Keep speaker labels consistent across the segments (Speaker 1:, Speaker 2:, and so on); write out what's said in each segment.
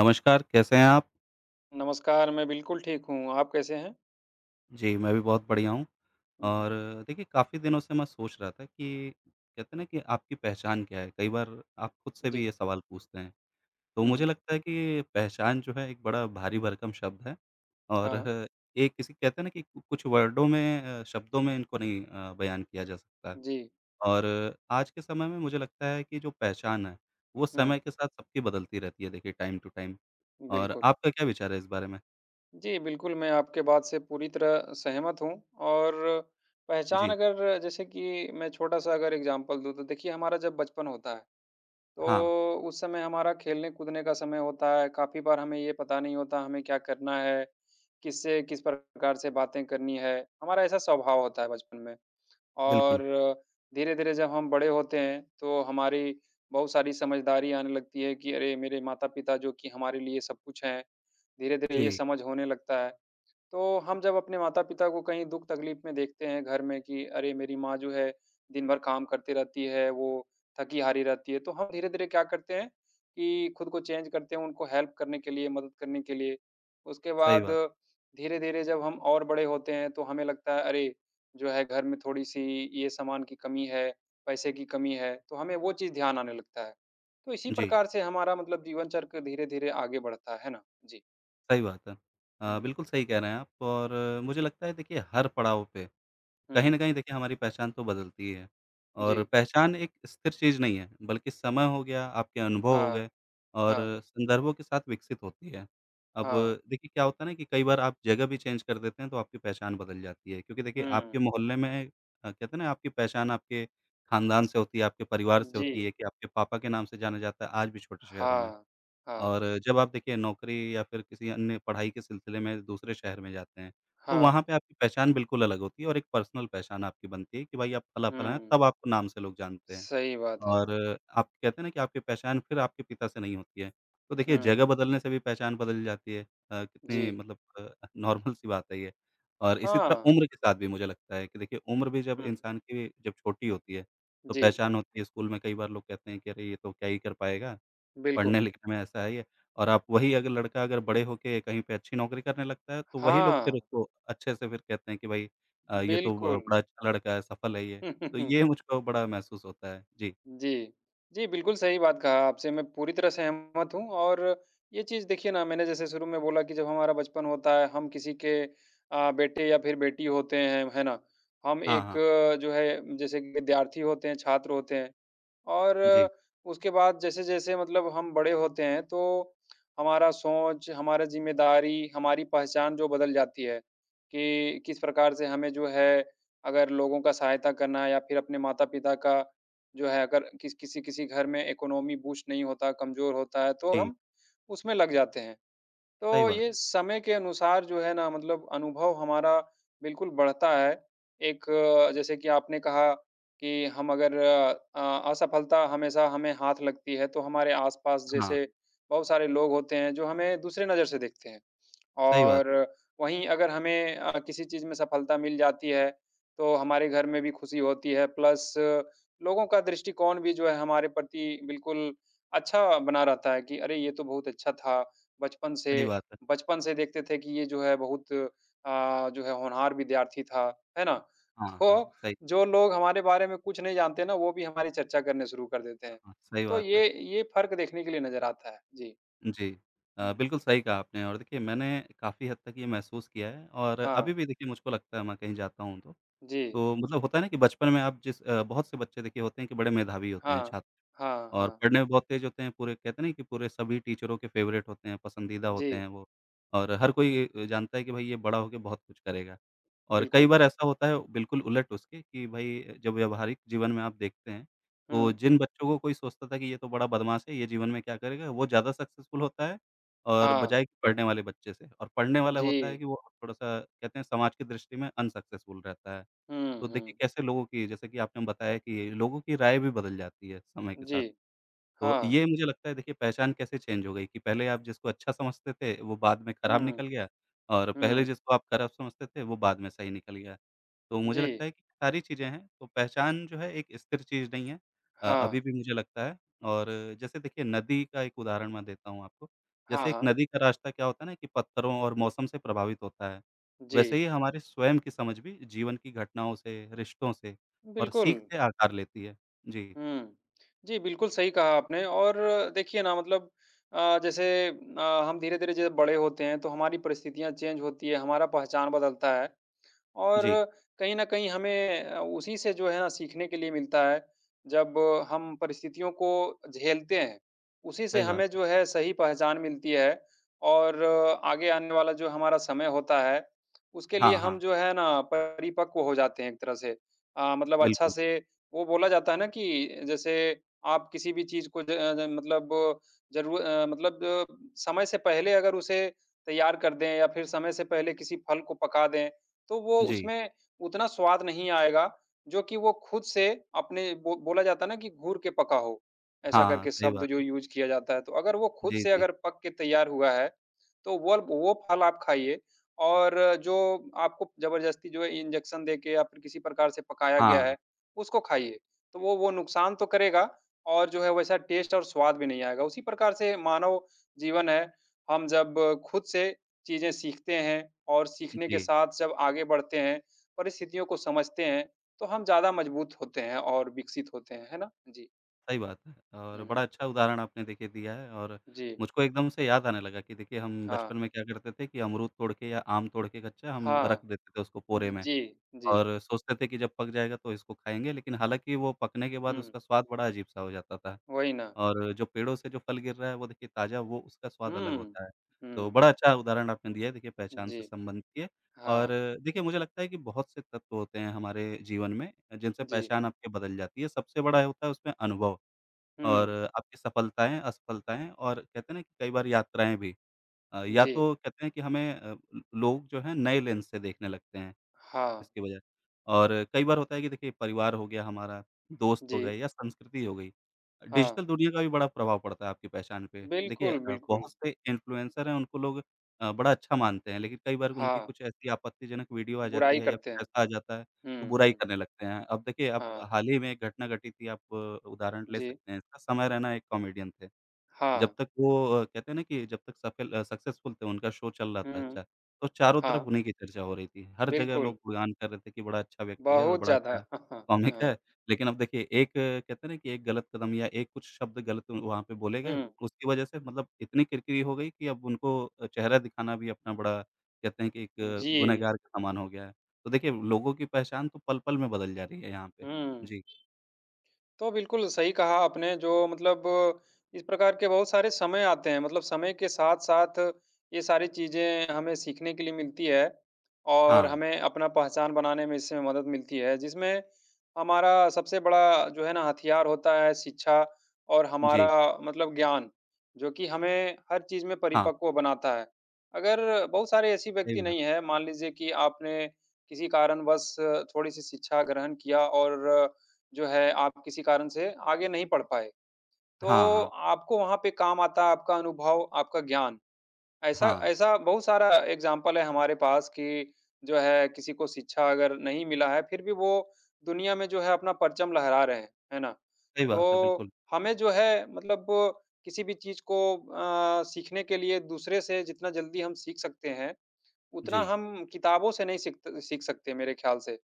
Speaker 1: नमस्कार, कैसे हैं आप?
Speaker 2: नमस्कार, मैं बिल्कुल ठीक हूँ, आप कैसे हैं?
Speaker 1: जी, मैं भी बहुत बढ़िया हूँ।
Speaker 2: हुँ, हुँ।
Speaker 1: और देखिए काफ़ी दिनों से मैं सोच रहा था कि कहते हैं ना कि आपकी पहचान क्या है? कई बार आप खुद से भी
Speaker 2: जी।
Speaker 1: ये सवाल पूछते हैं। तो मुझे
Speaker 2: हुँ,
Speaker 1: लगता है कि पहचान जो है एक बड़ा भारी-भरकम शब्द है और
Speaker 2: हाँ।
Speaker 1: ये किसी कहते हैं ना कि कु कुछ वर्डों में शब्दों में इनको नहीं बयान किया जा सकता। है।
Speaker 2: जी।
Speaker 1: और आज के समय में मुझे लगता है कि जो पहचान है, वो
Speaker 2: हुँ,
Speaker 1: समय के साथ सबकी बदलती रहती है देखिए टाइम टू टाइम। और
Speaker 2: बिल्कुल।
Speaker 1: आपका क्या विचार है इस बारे में?
Speaker 2: जी, बिल्कुल मैं आपके बात से पूरी तरह सहमत हूँ और पहचान
Speaker 1: जी,
Speaker 2: अगर जैसे कि मैं छोटा-सा अगर एग्ज़ाम्पल दूँ तो देखिए हमारा जब बचपन होता है,
Speaker 1: हाँ,
Speaker 2: तो उस समय हमारा खेलने-कूदने का समय होता है, काफ़ी बार हमें ये पता नहीं होता हमें क्या करना है, किससे किस प्रकार से बातें करनी है, हमारा ऐसा स्वभाव होता है बचपन में।
Speaker 1: बिल्कुल।
Speaker 2: और धीरे-धीरे जब हम बड़े होते हैं, तो हमारी बहुत सारी समझदारी आने लगती है कि अरे! मेरे माता-पिता जो कि हमारे लिए सब कुछ हैं। धीरे-धीरे ये
Speaker 1: जी,
Speaker 2: समझ होने लगता है। तो हम जब अपने माता-पिता को कहीं दुःख तकलीफ में देखते हैं घर में कि अरे! मेरी माँ जो है दिन भर काम करती रहती है, वो थकी-हारी रहती है। तो हम धीरे-धीरे क्या करते हैं कि खुद को चेंज करते हैं उनको हेल्प करने के लिए, मदद करने के लिए। उसके
Speaker 1: सही
Speaker 2: बाद
Speaker 1: बात।
Speaker 2: धीरे-धीरे जब हम और बड़े होते हैं तो हमें लगता है अरे! जो है घर में थोड़ी-सी ये सामान की कमी है, पैसे की कमी है, तो हमें वो चीज़ ध्यान आने लगता है। तो इसी
Speaker 1: जी,
Speaker 2: प्रकार से हमारा मतलब जीवन चक्र धीरे-धीरे आगे बढ़ता है ना? जी।
Speaker 1: सही बात है।
Speaker 2: हुँ।
Speaker 1: बिल्कुल सही कह रहे हैं आप और मुझे लगता है देखिए हर पड़ाव पे कहीं
Speaker 2: हुँ।
Speaker 1: न कहीं देखिए हमारी पहचान तो बदलती है
Speaker 2: जी।
Speaker 1: और पहचान एक स्थिर चीज़ नहीं है, बल्कि समय हो गया, आपके अनुभव हो
Speaker 2: हाँ।
Speaker 1: गए और
Speaker 2: हाँ,
Speaker 1: संदर्भों के साथ विकसित होती है। अब
Speaker 2: हाँ,
Speaker 1: देखिए क्या होता है ना कि कई बार आप जगह भी चेंज कर देते हैं तो आपकी पहचान बदल जाती है क्योंकि देखिए
Speaker 2: हुँ,
Speaker 1: आपके मोहल्ले में कहते हैं ना आपकी पहचान आपके खानदान से होती है, आपके परिवार से होती
Speaker 2: जी,
Speaker 1: है कि आपके पापा के नाम से जाना जाता है आज भी छोटे शहरों में।
Speaker 2: हाँ, हाँ,
Speaker 1: और जब आप देखिए नौकरी या फिर किसी अन्य पढ़ाई के सिलसिले में दूसरे शहर में जाते हैं, तो
Speaker 2: हाँ,
Speaker 1: वहाँ पे आपकी पहचान बिल्कुल अलग होती है और एक पर्सनल पहचान आपकी बनती है कि भाई आप फला-फला हैं,
Speaker 2: हुँ,
Speaker 1: तब आपको नाम से लोग जानते हैं।
Speaker 2: सही बात है।
Speaker 1: और आप कहते हैं ना कि आपकी पहचान फिर आपके पिता से नहीं होती है। तो देखिए
Speaker 2: हुँ,
Speaker 1: जगह बदलने से भी पहचान बदल जाती है।
Speaker 2: जी,
Speaker 1: कितनी मतलब नॉर्मल सी बात है ये। और इसी तरह
Speaker 2: हाँ,
Speaker 1: उम्र के साथ भी मुझे लगता है कि देखिए उम्र भी जब
Speaker 2: हुँ,
Speaker 1: इंसान की जब छोटी होती है, तो
Speaker 2: जी,
Speaker 1: पहचान होती है स्कूल में कई बार लोग कहते हैं कि अरे! ये तो क्या ही कर पाएगा।
Speaker 2: बिल्कुल,
Speaker 1: पढ़ने-लिखने में ऐसा है ही है और आप वही अगर लड़का अगर बड़े होके कहीं पे अच्छी नौकरी करने लगता है, तो वही लोग फिर
Speaker 2: हाँ,
Speaker 1: उसको अच्छे से फिर कहते हैं कि भाई ये तो ब
Speaker 2: बिल्कुल।
Speaker 1: बड़ा अच्छा लड़का है, सफल है ये। तो ये मुझको बड़ा महसूस होता है। जी।
Speaker 2: जी, जी, बिल्कुल सही बात कहा आपसे, मैं पूरी तरह सहमत हूँ और ये चीज़ देखिए ना मैंने जैसे शुरू में बोला कि जब हमारा बचपन होता है, हम किसी के बेटे या फिर बेटी होते हैं, है ना? हम
Speaker 1: हाँ,
Speaker 2: एक
Speaker 1: हाँ।
Speaker 2: जो है जैसे कि विद्यार्थी होते हैं, छात्र होते हैं। और
Speaker 1: जी,
Speaker 2: उसके बाद जैसे-जैसे मतलब हम बड़े होते हैं, तो हमारा सोच, हमारा ज़िम्मेदारी, हमारी पहचान जो बदल जाती है, कि किस प्रकार से हमें जो है, अगर लोगों का सहायता करना है या फिर अपने माता-पिता का जो है अगर किसी-किसी घर में इकोनॉमी बूस्ट नहीं होता, कमज़ोर होता है, तो
Speaker 1: जी।
Speaker 2: हम उसमें लग जाते हैं। तो
Speaker 1: सही बात
Speaker 2: ये
Speaker 1: है।
Speaker 2: समय के अनुसार जो है ना मतलब अनुभव हमारा बिल्कुल बढ़ता है। एक जैसे कि आपने कहा कि हम अगर असफलता हमेशा हमें हाथ लगती है, तो हमारे आस-पास
Speaker 1: हाँ,
Speaker 2: जैसे बहुत सारे लोग होते हैं, जो हमें दूसरे नज़र से देखते हैं।
Speaker 1: सही बात
Speaker 2: और वहीं अगर हमें किसी चीज़ में सफलता मिल जाती है, तो हमारे घर में भी खुशी होती है प्लस लोगों का दृष्टिकोण भी जो है हमारे प्रति बिल्कुल अच्छा बना रहता है कि अरे! ये तो बहुत अच्छा था। बचपन से
Speaker 1: सही बात है।
Speaker 2: बचपन से देखते थे कि ये जो है बहुत जो है होनहार विद्यार्थी था, है ना?
Speaker 1: हाँ, हाँ।
Speaker 2: तो
Speaker 1: सही
Speaker 2: जो लोग हमारे बारे में कुछ नहीं जानते ना, वो भी हमारी चर्चा करने शुरू कर देते हैं।
Speaker 1: हाँ, सही
Speaker 2: तो
Speaker 1: बात है।
Speaker 2: ये फ़र्क देखने के लिए नज़र आता है। जी।
Speaker 1: जी।
Speaker 2: हुँ।
Speaker 1: बिल्कुल सही कहा आपने और देखिए मैंने काफ़ी हद तक ये महसूस किया है और
Speaker 2: हाँ।
Speaker 1: अभी भी देखिए मुझको लगता है मैं कहीं जाता हूँ
Speaker 2: जी।
Speaker 1: तो मतलब होता है ना कि बचपन में आप जिस बहुत से बच्चे देखिए होते हैं कि बड़े मेधावी होते हैं
Speaker 2: हाँ,
Speaker 1: छात्र
Speaker 2: हाँ,
Speaker 1: और
Speaker 2: हाँ।
Speaker 1: पढ़ने में बहुत तेज़ होते हैं, पूरे कहते हैं ना कि पूरे सभी टीचरों के फ़ेवरेट होते हैं, पसंदीदा होते
Speaker 2: जी,
Speaker 1: हैं वो और हर कोई जानता है कि भाई ये बड़ा होके बहुत कुछ करेगा। और कई
Speaker 2: बिल्कुल।
Speaker 1: बार ऐसा होता है बिल्कुल उलट उसके कि भाई जब व्यावहारिक जीवन में आप देखते हैं, तो
Speaker 2: हुँ।
Speaker 1: जिन बच्चों को कोई सोचता था कि ये तो बड़ा बदमाश है, ये जीवन में क्या करेगा, वो ज़्यादा सक्सेसफुल होता है और
Speaker 2: हाँ,
Speaker 1: बजाय कि पढ़ने वाले बच्चे से और पढ़ने वाला
Speaker 2: जी।
Speaker 1: होता है कि वो थोड़ा-सा कहते हैं समाज की दृष्टि में अनसक्सेसफुल रहता है।
Speaker 2: हुँ,
Speaker 1: तो देखिए
Speaker 2: हुँ।
Speaker 1: कैसे लोगों की जैसे कि आपने बताया कि लोगों की राय भी बदल जाती है समय के
Speaker 2: जी।
Speaker 1: साथ। तो
Speaker 2: हाँ।
Speaker 1: ये मुझे लगता है देखिए पहचान कैसे चेंज हो गई कि पहले आप जिसको अच्छा समझते थे वो बाद में खराब
Speaker 2: हुँ,
Speaker 1: निकल गया और पहले
Speaker 2: हुँ।
Speaker 1: जिसको आप खराब समझते थे वो बाद में सही निकल गया। तो मुझे
Speaker 2: जी।
Speaker 1: लगता है कि सारी चीज़ें हैं तो पहचान जो है एक स्थिर चीज़ नहीं है।
Speaker 2: हाँ।
Speaker 1: अभी भी मुझे लगता है और जैसे देखिए नदी का एक उदाहरण मैं देता हूँ आपको।
Speaker 2: हाँ,
Speaker 1: जैसे एक
Speaker 2: हाँ।
Speaker 1: नदी का रास्ता क्या होता है ना कि पत्थरों और मौसम से प्रभावित होता है। वैसे
Speaker 2: जी,
Speaker 1: ही हमारे स्वयं की समझ भी जीवन की घटनाओं से, रिश्तों से और
Speaker 2: बिल्कुल।
Speaker 1: सीख से आकार लेती है। जी,
Speaker 2: हुँ। जी, बिल्कुल सही कहा आपने और देखिए ना मतलब जैसे हम धीरे-धीरे जैसे बड़े होते हैं तो हमारी परिस्थितियाँ चेंज होती है, हमारा पहचान बदलता है। और
Speaker 1: जी।
Speaker 2: कहीं न कहीं हमें उसी से जो है ना सीखने के लिए मिलता है, जब हम परिस्थितियों को झेलते हैं, उसी से
Speaker 1: सही
Speaker 2: हमें
Speaker 1: बात।
Speaker 2: जो है सही पहचान मिलती है और आगे आने वाला जो हमारा समय होता है, उसके लिए
Speaker 1: हाँ,
Speaker 2: हम
Speaker 1: हाँ,
Speaker 2: जो है ना परिपक्व हो जाते हैं एक तरह से। मतलब अच्छा
Speaker 1: बिल्कुल।
Speaker 2: से वो बोला जाता है ना कि जैसे आप किसी भी चीज़ को मतलब मतलब समय से पहले अगर उसे तैयार कर दें या फिर समय से पहले किसी फल को पका दें तो वो
Speaker 1: जी।
Speaker 2: उसमें उतना स्वाद नहीं आएगा, जो कि वो खुद से अपने बो बोला जाता है ना कि घूर के पका हो, ऐसा
Speaker 1: हाँ,
Speaker 2: करके
Speaker 1: सही
Speaker 2: शब्द
Speaker 1: बात
Speaker 2: जो
Speaker 1: है।
Speaker 2: यूज़ किया जाता है। तो अगर वो खुद
Speaker 1: जी,
Speaker 2: से
Speaker 1: जी।
Speaker 2: अगर पक के तैयार हुआ है, तो वल वो फल आप खाइए और जो आपको ज़बरदस्ती जो है इंजेक्शन देके या फिर किसी प्रकार से पकाया गया
Speaker 1: हाँ,
Speaker 2: है, उसको खाइए। तो वो नुकसान तो करेगा और जो है वैसा टेस्ट और स्वाद भी नहीं आएगा। उसी प्रकार से मानव जीवन है, हम जब खुद से चीज़ें सीखते हैं और सीखने के
Speaker 1: जी,
Speaker 2: साथ जब आगे बढ़ते हैं, परिस्थितियों को समझते हैं, तो हम ज़्यादा मजबूत होते हैं और विकसित होते हैं, है ना? जी।
Speaker 1: सही बात है और
Speaker 2: हुँ,
Speaker 1: बड़ा अच्छा उदाहरण आपने देखिए दिया है और
Speaker 2: जी।
Speaker 1: मुझको एकदम से याद आने लगा कि देखिए हम
Speaker 2: हाँ।
Speaker 1: बचपन में क्या करते थे कि अमरूद तोड़ के या आम तोड़ के कच्चा हम
Speaker 2: हाँ।
Speaker 1: रख देते थे उसको पोरे में
Speaker 2: जी, जी।
Speaker 1: और सोचते थे कि जब पक जाएगा तो इसको खाएँगे लेकिन हालाँकि वो पकने के बाद
Speaker 2: हुँ,
Speaker 1: उसका स्वाद बड़ा अजीब-सा हो जाता था।
Speaker 2: वही ना।
Speaker 1: और जो पेड़ों से जो फल गिर रहा है वो देखिए ताज़ा वो उसका स्वाद अलग
Speaker 2: हुँ,
Speaker 1: होता है। तो
Speaker 2: हुँ,
Speaker 1: बड़ा अच्छा उदाहरण आपने दिया है देखिए पहचान
Speaker 2: जी।
Speaker 1: से संबंधित ये और
Speaker 2: हाँ,
Speaker 1: देखिए मुझे लगता है कि बहुत से तत्व होते हैं हमारे जीवन में जिनसे
Speaker 2: जी।
Speaker 1: पहचान आपकी बदल जाती है। सबसे बड़ा होता है उसमें अनुभव और
Speaker 2: हुँ,
Speaker 1: आपकी सफलताएँ, असफलताएँ और कहते हैं ना कि कई बार यात्राएँ भी। या
Speaker 2: जी।
Speaker 1: तो कहते हैं कि हमें ल लोग जो हैं नए लेंस से देखने लगते हैं।
Speaker 2: हाँ,
Speaker 1: इसकी वजह और कई बार होता है कि देखिए परिवार हो गया हमारा, दोस्त
Speaker 2: जी।
Speaker 1: हो गए या संस्कृति हो गई।
Speaker 2: हाँ,
Speaker 1: डिजिटल दुनिया का भी बड़ा प्रभाव पड़ता है आपकी पहचान पे। देखिए
Speaker 2: बिल्कुल, बिल्कुल।
Speaker 1: बहुत से इन्फ्लुएंसर हैं उनको लोग बड़ा अच्छा मानते हैं लेकिन कई बार उनकी
Speaker 2: हाँ,
Speaker 1: कुछ ऐसी आपत्तिजनक वीडियो आ जाती
Speaker 2: बुराई
Speaker 1: है या
Speaker 2: करते
Speaker 1: कुछ
Speaker 2: हैं।
Speaker 1: ऐसा आ जाता है तो
Speaker 2: हुँ,
Speaker 1: बुराई
Speaker 2: हुँ।
Speaker 1: करने लगते हैं। अब देखिए अब
Speaker 2: हाँ,
Speaker 1: हाल ही में एक घटना घटी थी आप उदाहरण ले
Speaker 2: जी।
Speaker 1: सकते हैं इसका समय रैना एक कॉमेडियन थे। जब
Speaker 2: हाँ,
Speaker 1: तक वो कहते हैं ना कि जब तक सफल सक्सेसफुल थे, उनका शो चल रहा था
Speaker 2: हुँ।
Speaker 1: अच्छा, तो चारों तरफ
Speaker 2: हाँ,
Speaker 1: उन्हीं की चर्चा हो रही थी। हर जगह
Speaker 2: बिल्कुल।
Speaker 1: लोग गुणगान कर रहे थे कि बड़ा अच्छा व्यक्ति है और
Speaker 2: बहुत
Speaker 1: बड़ा
Speaker 2: ज़्यादा।
Speaker 1: अच्छा
Speaker 2: हाँ, हाँ,
Speaker 1: कॉमिक
Speaker 2: हाँ।
Speaker 1: है। लेकिन अब देखिए एक कहते हैं ना कि एक गलत कदम या एक कुछ शब्द गलत वहाँ पे बोले गए,
Speaker 2: हुँ,
Speaker 1: उसकी वजह से मतलब इतनी किरकिरी हो गई कि अब उनको चेहरा दिखाना भी अपना बड़ा कहते हैं कि एक
Speaker 2: जी।
Speaker 1: गुनहगार के समान हो गया है। तो देखिए लोगों की पहचान तो पल-पल में बदल जा रही है यहाँ पे।
Speaker 2: हुँ।
Speaker 1: जी।
Speaker 2: तो बिल्कुल सही कहा आपने जो मतलब इस प्रकार के बहुत सारे समय आते हैं मतलब समय के साथ-साथ ये सारी चीज़ें हमें सीखने के लिए मिलती है और
Speaker 1: हाँ।
Speaker 2: हमें अपना पहचान बनाने में इससे मदद मिलती है जिसमें हमारा सबसे बड़ा जो है ना हथियार होता है शिक्षा और हमारा
Speaker 1: जी।
Speaker 2: मतलब ज्ञान जो कि हमें हर चीज़ में
Speaker 1: हाँ,
Speaker 2: परिपक्व बनाता है। अगर बहुत सारे ऐसी
Speaker 1: सही
Speaker 2: व्यक्ति
Speaker 1: बात।
Speaker 2: नहीं है मान लीजिए कि आपने किसी कारणवश थोड़ी-सी शिक्षा ग्रहण किया और जो है आप किसी कारण से आगे नहीं पढ़ पाए।
Speaker 1: हाँ,
Speaker 2: तो
Speaker 1: हाँ।
Speaker 2: आपको वहाँ पे काम आता है आपका अनुभव, आपका ज्ञान। ऐसा
Speaker 1: हाँ,
Speaker 2: ऐसा बहुत सारा एग्ज़ाम्पल है हमारे पास कि जो है किसी को शिक्षा अगर नहीं मिला है, फिर भी वो दुनिया में जो है अपना परचम लहरा रहे हैं, है ना?
Speaker 1: सही बात है,
Speaker 2: तो
Speaker 1: बिल्कुल।
Speaker 2: हमें जो है मतलब किसी भी चीज़ को सीखने के लिए दूसरे से जितना जल्दी हम सीख सकते हैं, उतना
Speaker 1: जी,
Speaker 2: हम किताबों से नहीं सीख सीख सकते मेरे ख़्याल से।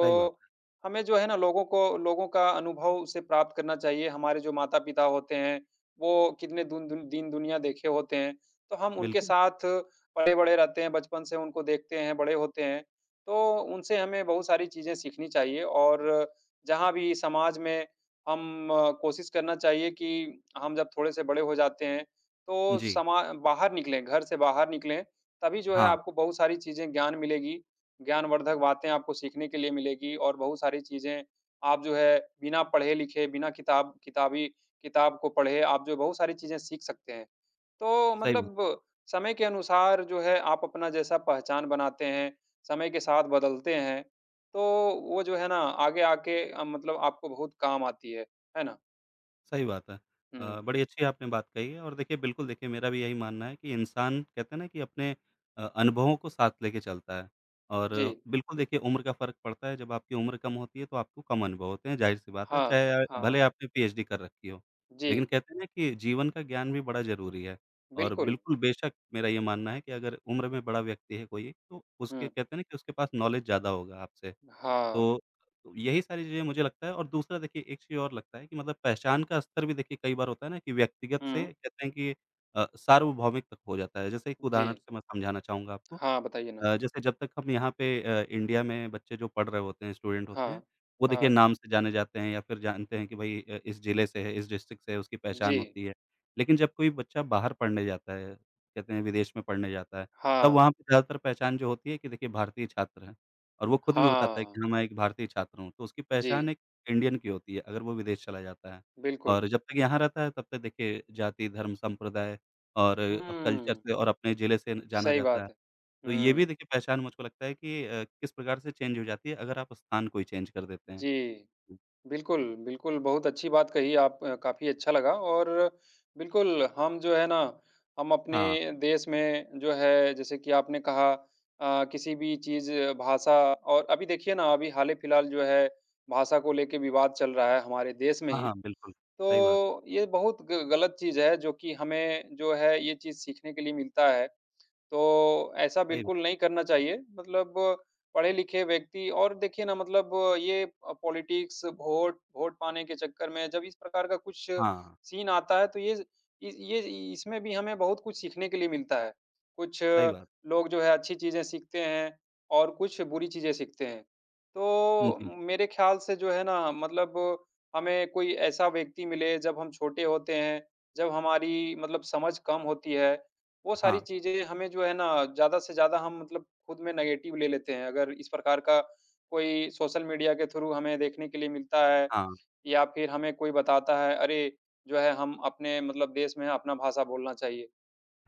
Speaker 1: सही बात है,
Speaker 2: हमें जो है ना लोगों को लोगों का अनुभव से प्राप्त करना चाहिए। हमारे जो माता-पिता होते हैं, वो कितने दुन दुन दीन-दुनिया देखे होते हैं, तो हम उनके
Speaker 1: बिल्कुल।
Speaker 2: साथ पले-बड़े रहते हैं, बचपन से उनको देखते हैं, बड़े होते हैं। तो उनसे हमें बहुत सारी चीज़ें सीखनी चाहिए और जहाँ भी समाज में हम कोशिश करना चाहिए कि हम जब थोड़े से बड़े हो जाते हैं, तो
Speaker 1: जी,
Speaker 2: समा बाहर निकलें, घर से बाहर निकलें, तभी जो है
Speaker 1: हाँ,
Speaker 2: आपको बहुत सारी चीज़ें ज्ञान मिलेगी ज्ञानवर्धक बातें आपको सीखने के लिए मिलेगी और बहुत सारी चीज़ें आप जो है बिना पढ़े-लिखे, बिना किताब को पढ़े आप जो बहुत सारी चीज़ें सीख सकते हैं। तो
Speaker 1: सही बात है,
Speaker 2: मतलब समय के अनुसार जो है आप अपना जैसा पहचान बनाते हैं, समय के साथ बदलते हैं, तो वो जो है ना आगे आके मतलब आपको बहुत काम आती है। है ना?
Speaker 1: सही बात है।
Speaker 2: हुँ।
Speaker 1: बड़ी अच्छी आपने बात कही है और देखिए बिल्कुल देखिए मेरा भी यही मानना है कि इंसान कहते हैं ना कि अपने अनुभवों को साथ लेके चलता है और
Speaker 2: जी।
Speaker 1: बिल्कुल देखिए उम्र का फ़र्क पड़ता है, जब आपकी उम्र कम होती है तो आपको कम अनुभव होते हैं, ज़ाहिर-सी बात है,
Speaker 2: हाँ,
Speaker 1: चाहे
Speaker 2: हाँ।
Speaker 1: भले आपने पीएचडी कर रखी हो।
Speaker 2: जी,
Speaker 1: लेकिन कहते हैं ना कि जीवन का ज्ञान भी बड़ा ज़रूरी है और
Speaker 2: बिल्कुल।
Speaker 1: बिल्कुल बेशक मेरा ये मानना है कि अगर उम्र में बड़ा व्यक्ति है कोई, तो उसके
Speaker 2: हुँ।
Speaker 1: कहते हैं ना कि उसके पास नॉलेज ज़्यादा होगा आपसे।
Speaker 2: हाँ।
Speaker 1: तो यही सारी चीज़ें मुझे लगता है और दूसरा देखिए एक चीज़ और लगता है कि मतलब पहचान का स्तर भी देखिए कई बार होता है ना कि व्यक्तिगत से
Speaker 2: हुँ।
Speaker 1: कहते हैं कि सार्वभौमिक तक हो जाता है। जैसे एक
Speaker 2: जी।
Speaker 1: उदाहरण से मैं समझाना चाहूँगा आपको
Speaker 2: हाँ, बताइए ना।
Speaker 1: जैसे जब तक हम यहाँ पे इंडिया में बच्चे जो पढ़ रहे होते हैं, स्टूडेंट होते
Speaker 2: हाँ।
Speaker 1: हैं, वो देखिए
Speaker 2: हाँ।
Speaker 1: नाम से जाने जाते हैं या फिर जानते हैं कि भई इस ज़िले से है, इस डिस्ट्रिक्ट से है, उसकी
Speaker 2: जी,
Speaker 1: पहचान होती है। लेकिन जब कोई बच्चा बाहर पढ़ने जाता है, कहते हैं विदेश में पढ़ने जाता है, तब
Speaker 2: हाँ,
Speaker 1: वहाँ पे ज़्यादातर पहचान जो होती है कि देखिए भारतीय छात्र हैं और वो खुद भी बताता है
Speaker 2: हाँ,
Speaker 1: कि हाँ, मैं एक भारतीय छात्र हूँ, तो उसकी
Speaker 2: जी,
Speaker 1: पहचान एक इंडियन की होती है, अगर वो विदेश चला जाता है।
Speaker 2: बिल्कुल।
Speaker 1: और जब तक यहाँ रहता है, तब तक देखिए जाति, धर्म, संप्रदाय और कल्चर
Speaker 2: हुँ,
Speaker 1: से और अपने ज़िले से जाना
Speaker 2: सही
Speaker 1: जाता
Speaker 2: बात
Speaker 1: है।
Speaker 2: है।
Speaker 1: तो ये भी
Speaker 2: हुँ,
Speaker 1: देखिए पहचान मुझको लगता है कि किस प्रकार से चेंज हो जाती है अगर आप स्थान कोई चेंज कर देते हैं।
Speaker 2: जी, बिल्कुल, बिल्कुल, बहुत अच्छी बात कही आप काफ़ी अच्छा लगा और बिल्कुल हम जो है ना, हम अपने
Speaker 1: हाँ,
Speaker 2: देश में जो है जैसे कि आपने कहा किसी भी चीज़ भाषा और अभी देखिए ना अभी हाल-ही-फिलहाल जो है भाषा को लेके विवाद चल रहा है हमारे देश में
Speaker 1: हाँ,
Speaker 2: ही।
Speaker 1: हाँ, बिल्कुल, सही बात,
Speaker 2: तो ये बहुत ग गलत चीज़ है जो कि हमें जो है ये चीज़ सीखने के लिए मिलता है। तो ऐसा
Speaker 1: सही
Speaker 2: बिल्कुल
Speaker 1: बात।
Speaker 2: नहीं करना चाहिए। मतलब पढ़े-लिखे व्यक्ति और देखिए ना मतलब ये पॉलिटिक्स वोट वोट पाने के चक्कर में जब इस प्रकार का कुछ
Speaker 1: हाँ,
Speaker 2: सीन आता है तो ये इ ये इसमें भी हमें बहुत कुछ सीखने के लिए मिलता है। कुछ
Speaker 1: सही बात।
Speaker 2: लोग जो है अच्छी चीज़ें सीखते हैं और कुछ बुरी चीज़ें सीखते हैं। तो
Speaker 1: जी,
Speaker 2: मेरे ख़्याल से जो है ना मतलब हमें कोई ऐसा व्यक्ति मिले जब हम छोटे होते हैं, जब हमारी मतलब समझ कम होती है वो सारी
Speaker 1: हाँ,
Speaker 2: चीज़ें हमें जो है ना ज़्यादा से ज़्यादा हम मतलब खुद में नेगेटिव ले लेते हैं। अगर इस प्रकार का कोई सोशल मीडिया के थ्रू हमें देखने के लिए मिलता है
Speaker 1: हाँ,
Speaker 2: या फिर हमें कोई बताता है, अरे! जो है हम अपने मतलब देश में हैं, अपना भाषा बोलना चाहिए।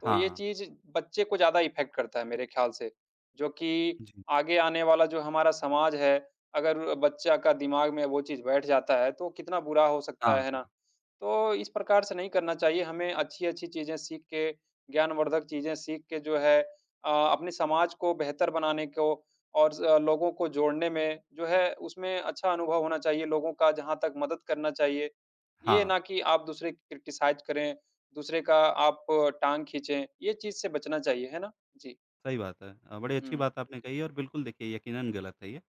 Speaker 2: तो ये
Speaker 1: हाँ,
Speaker 2: चीज़ बच्चे को ज़्यादा इफ़ेक्ट करता है मेरे ख़्याल से, जो कि
Speaker 1: जी,
Speaker 2: आगे आने वाला जो हमारा समाज है, अगर बच्चा का दिमाग में वो चीज़ बैठ जाता है तो कितना बुरा हो सकता है
Speaker 1: हाँ,
Speaker 2: ना? तो इस प्रकार से नहीं करना चाहिए, हमें अच्छी-अच्छी चीज़ें सीख के, ज्ञानवर्धक चीज़ें सीख के जो है अपने समाज को बेहतर बनाने को और ज़ लोगों को जोड़ने में जो है उसमें अच्छा अनुभव होना चाहिए, लोगों का जहाँ तक मदद करना चाहिए। ये
Speaker 1: हाँ।
Speaker 2: ना कि आप दूसरे क्रिटिसाइज़ करें दूसरे का आप टाँग खींचे, ये चीज़ से बचना चाहिए, है ना? जी।
Speaker 1: सही बात है। बड़ी अच्छी
Speaker 2: हुँ,
Speaker 1: बात आपने कही है और बिल्कुल देखिए यकीनन गलत है ये।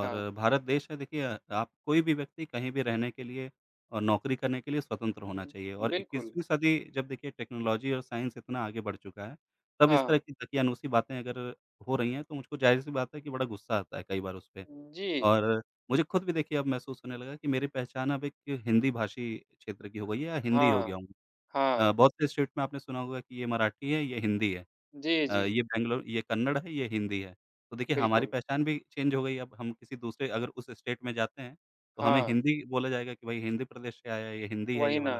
Speaker 2: हाँ।
Speaker 1: भारत देश है देखिए आप कोई भी व्यक्ति कहीं भी रहने के लिए और नौकरी करने के लिए स्वतंत्र होना
Speaker 2: हुँ,
Speaker 1: चाहिए और
Speaker 2: बिल्कुल।
Speaker 1: 21वीं सदी जब देखिए टेक्नोलॉजी और साइंस इतना आगे बढ़ चुका है, तब इस तरह
Speaker 2: हाँ।
Speaker 1: की दकियानूसी बातें अगर हो रही हैं तो मुझको ज़ाहिर-सी बात है कि बड़ा गुस्सा आता है कई बार उसपे।
Speaker 2: जी।
Speaker 1: और मुझे खुद भी देखिए अब महसूस होने लगा कि मेरी पहचान अब एक हिंदी भाषी क्षेत्र की हो गई है या हिंदी हो गया
Speaker 2: हाँ,
Speaker 1: हूँ।
Speaker 2: हाँ।
Speaker 1: बहुत से स्टेट में आपने सुना होगा कि ये मराठी है, ये हिंदी है।
Speaker 2: जी, जी।
Speaker 1: ये बैंगलोर ये कन्नड़ है, ये हिंदी है। तो देखिए हमारी
Speaker 2: बिल्कुल।
Speaker 1: पहचान भी चेंज हो गई अब हम किसी दूसरे अगर उस स्टेट में जाते हैं, तो हमें
Speaker 2: हाँ,
Speaker 1: हिंदी बोला जाएगा कि भाई हिंदी प्रदेश से आया है, ये हिंदी है
Speaker 2: वही
Speaker 1: ये
Speaker 2: ना।
Speaker 1: वाला।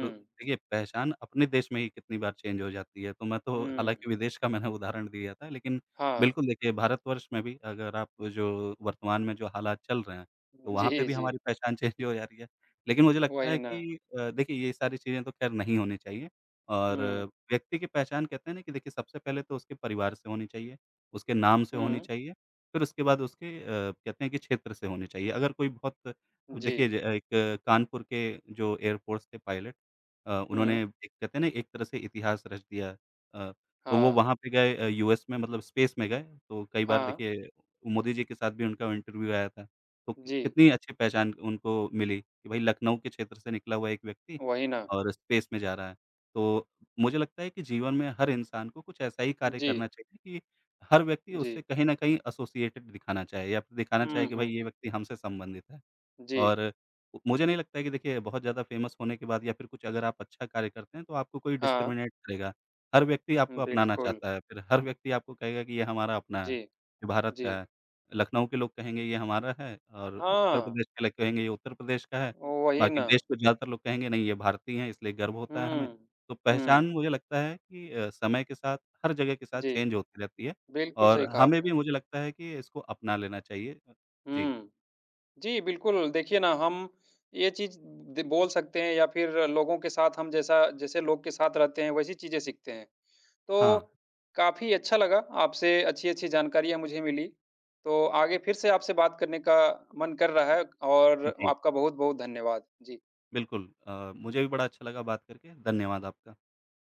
Speaker 1: तो देखिए, पहचान अपने देश में ही कितनी बार चेंज हो जाती है, तो मैं तो
Speaker 2: हुँ।
Speaker 1: हालाँकि विदेश का मैंने उदाहरण दिया था, लेकिन
Speaker 2: हाँ।
Speaker 1: बिल्कुल देखिए भारतवर्ष में भी अगर आप जो वर्तमान में जो हालात चल रहे हैं, तो
Speaker 2: जी,
Speaker 1: वहाँ पे भी
Speaker 2: जी।
Speaker 1: हमारी पहचान चेंज हो जा रही है। लेकिन मुझे लगता
Speaker 2: वही
Speaker 1: है
Speaker 2: ना।
Speaker 1: कि देखिए ये सारी चीज़ें तो खैर नहीं होनी चाहिए और
Speaker 2: हुँ,
Speaker 1: व्यक्ति की पहचान कहते हैं ना कि देखिए सबसे पहले तो उसके परिवार से होनी चाहिए, उसके नाम से होनी
Speaker 2: हुँ।
Speaker 1: चाहिए, फिर उसके बाद उसके कहते हैं कि क्षेत्र से होनी चाहिए। अगर कोई बहुत अब
Speaker 2: जी।
Speaker 1: देखिए ज एक कानपुर के जो एयरफोर्स के पायलट
Speaker 2: हुँ।
Speaker 1: उन्होंने एक कहते हैं ना एक तरह से इतिहास रच दिया। अ, तो वो
Speaker 2: हाँ,
Speaker 1: वहाँ पे गए यूएस में मतलब स्पेस में गए, तो कई बार
Speaker 2: हाँ।
Speaker 1: देखिए मोदी जी के साथ भी उनका इंटरव्यू आया था। तो कि
Speaker 2: जी।
Speaker 1: कितनी अच्छी पहचान उनको मिली कि भाई लखनऊ के क्षेत्र से निकला हुआ एक व्यक्ति
Speaker 2: वही ना।
Speaker 1: और स्पेस में जा रहा है। तो मुझे लगता है कि जीवन में हर इंसान को कुछ ऐसा ही कार्य
Speaker 2: जी,
Speaker 1: करना चाहिए कि हर व्यक्ति
Speaker 2: जी।
Speaker 1: उससे कहीं न कहीं एसोसिएटेड दिखाना चाहे या फिर दिखाना
Speaker 2: हुँ,
Speaker 1: चाहे कि भाई
Speaker 2: हुँ,
Speaker 1: ये
Speaker 2: हुँ।
Speaker 1: व्यक्ति हमसे संबंधित है।
Speaker 2: जी।
Speaker 1: और मुझे नहीं लगता है कि देखिए बहुत ज़्यादा फ़ेमस होने के बाद या फिर कुछ अगर आप अच्छा कार्य करते हैं तो आपको कोई
Speaker 2: हाँ,
Speaker 1: डिस्क्रिमिनेट करेगा। हर व्यक्ति आपको अपनाना
Speaker 2: बिल्कुल।
Speaker 1: चाहता है, फिर हर व्यक्ति आपको कहेगा कि ये हमारा अपना है,
Speaker 2: जी,
Speaker 1: ये भारत
Speaker 2: जी।
Speaker 1: का है। लखनऊ के लोग कहेंगे ये हमारा है और उत्तर
Speaker 2: हाँ।
Speaker 1: प्रदेश के लोग कहेंगे ये उत्तर प्रदेश का है।
Speaker 2: वही
Speaker 1: बाकी
Speaker 2: ना।
Speaker 1: देश के ज़्यादातर लोग कहेंगे नहीं ये भारतीय हैं इसलिए गर्व होता है हमें।
Speaker 2: हुँ।
Speaker 1: तो
Speaker 2: हुँ।
Speaker 1: पहचान मुझे लगता है कि समय के साथ हर जगह के साथ
Speaker 2: जी,
Speaker 1: चेंज होती रहती है
Speaker 2: बिल्कुल सही
Speaker 1: और
Speaker 2: कहा
Speaker 1: हमें
Speaker 2: आपने।
Speaker 1: भी मुझे लगता है कि इसको अपना लेना चाहिए। जी।
Speaker 2: हुँ। जी, बिल्कुल देखिए ना हम ये चीज़ द बोल सकते हैं या फिर लोगों के साथ हम जैसा जैसे लोग के साथ रहते हैं वैसी चीज़ें सीखते हैं। तो
Speaker 1: हाँ।
Speaker 2: काफ़ी अच्छा लगा आपसे अच्छी-अच्छी जानकारियाँ मुझे मिली। तो आगे फिर से आपसे बात करने का मन कर रहा है और
Speaker 1: जी।
Speaker 2: आपका बहुत-बहुत धन्यवाद। जी।
Speaker 1: बिल्कुल मुझे भी बड़ा अच्छा लगा बात करके। धन्यवाद आपका।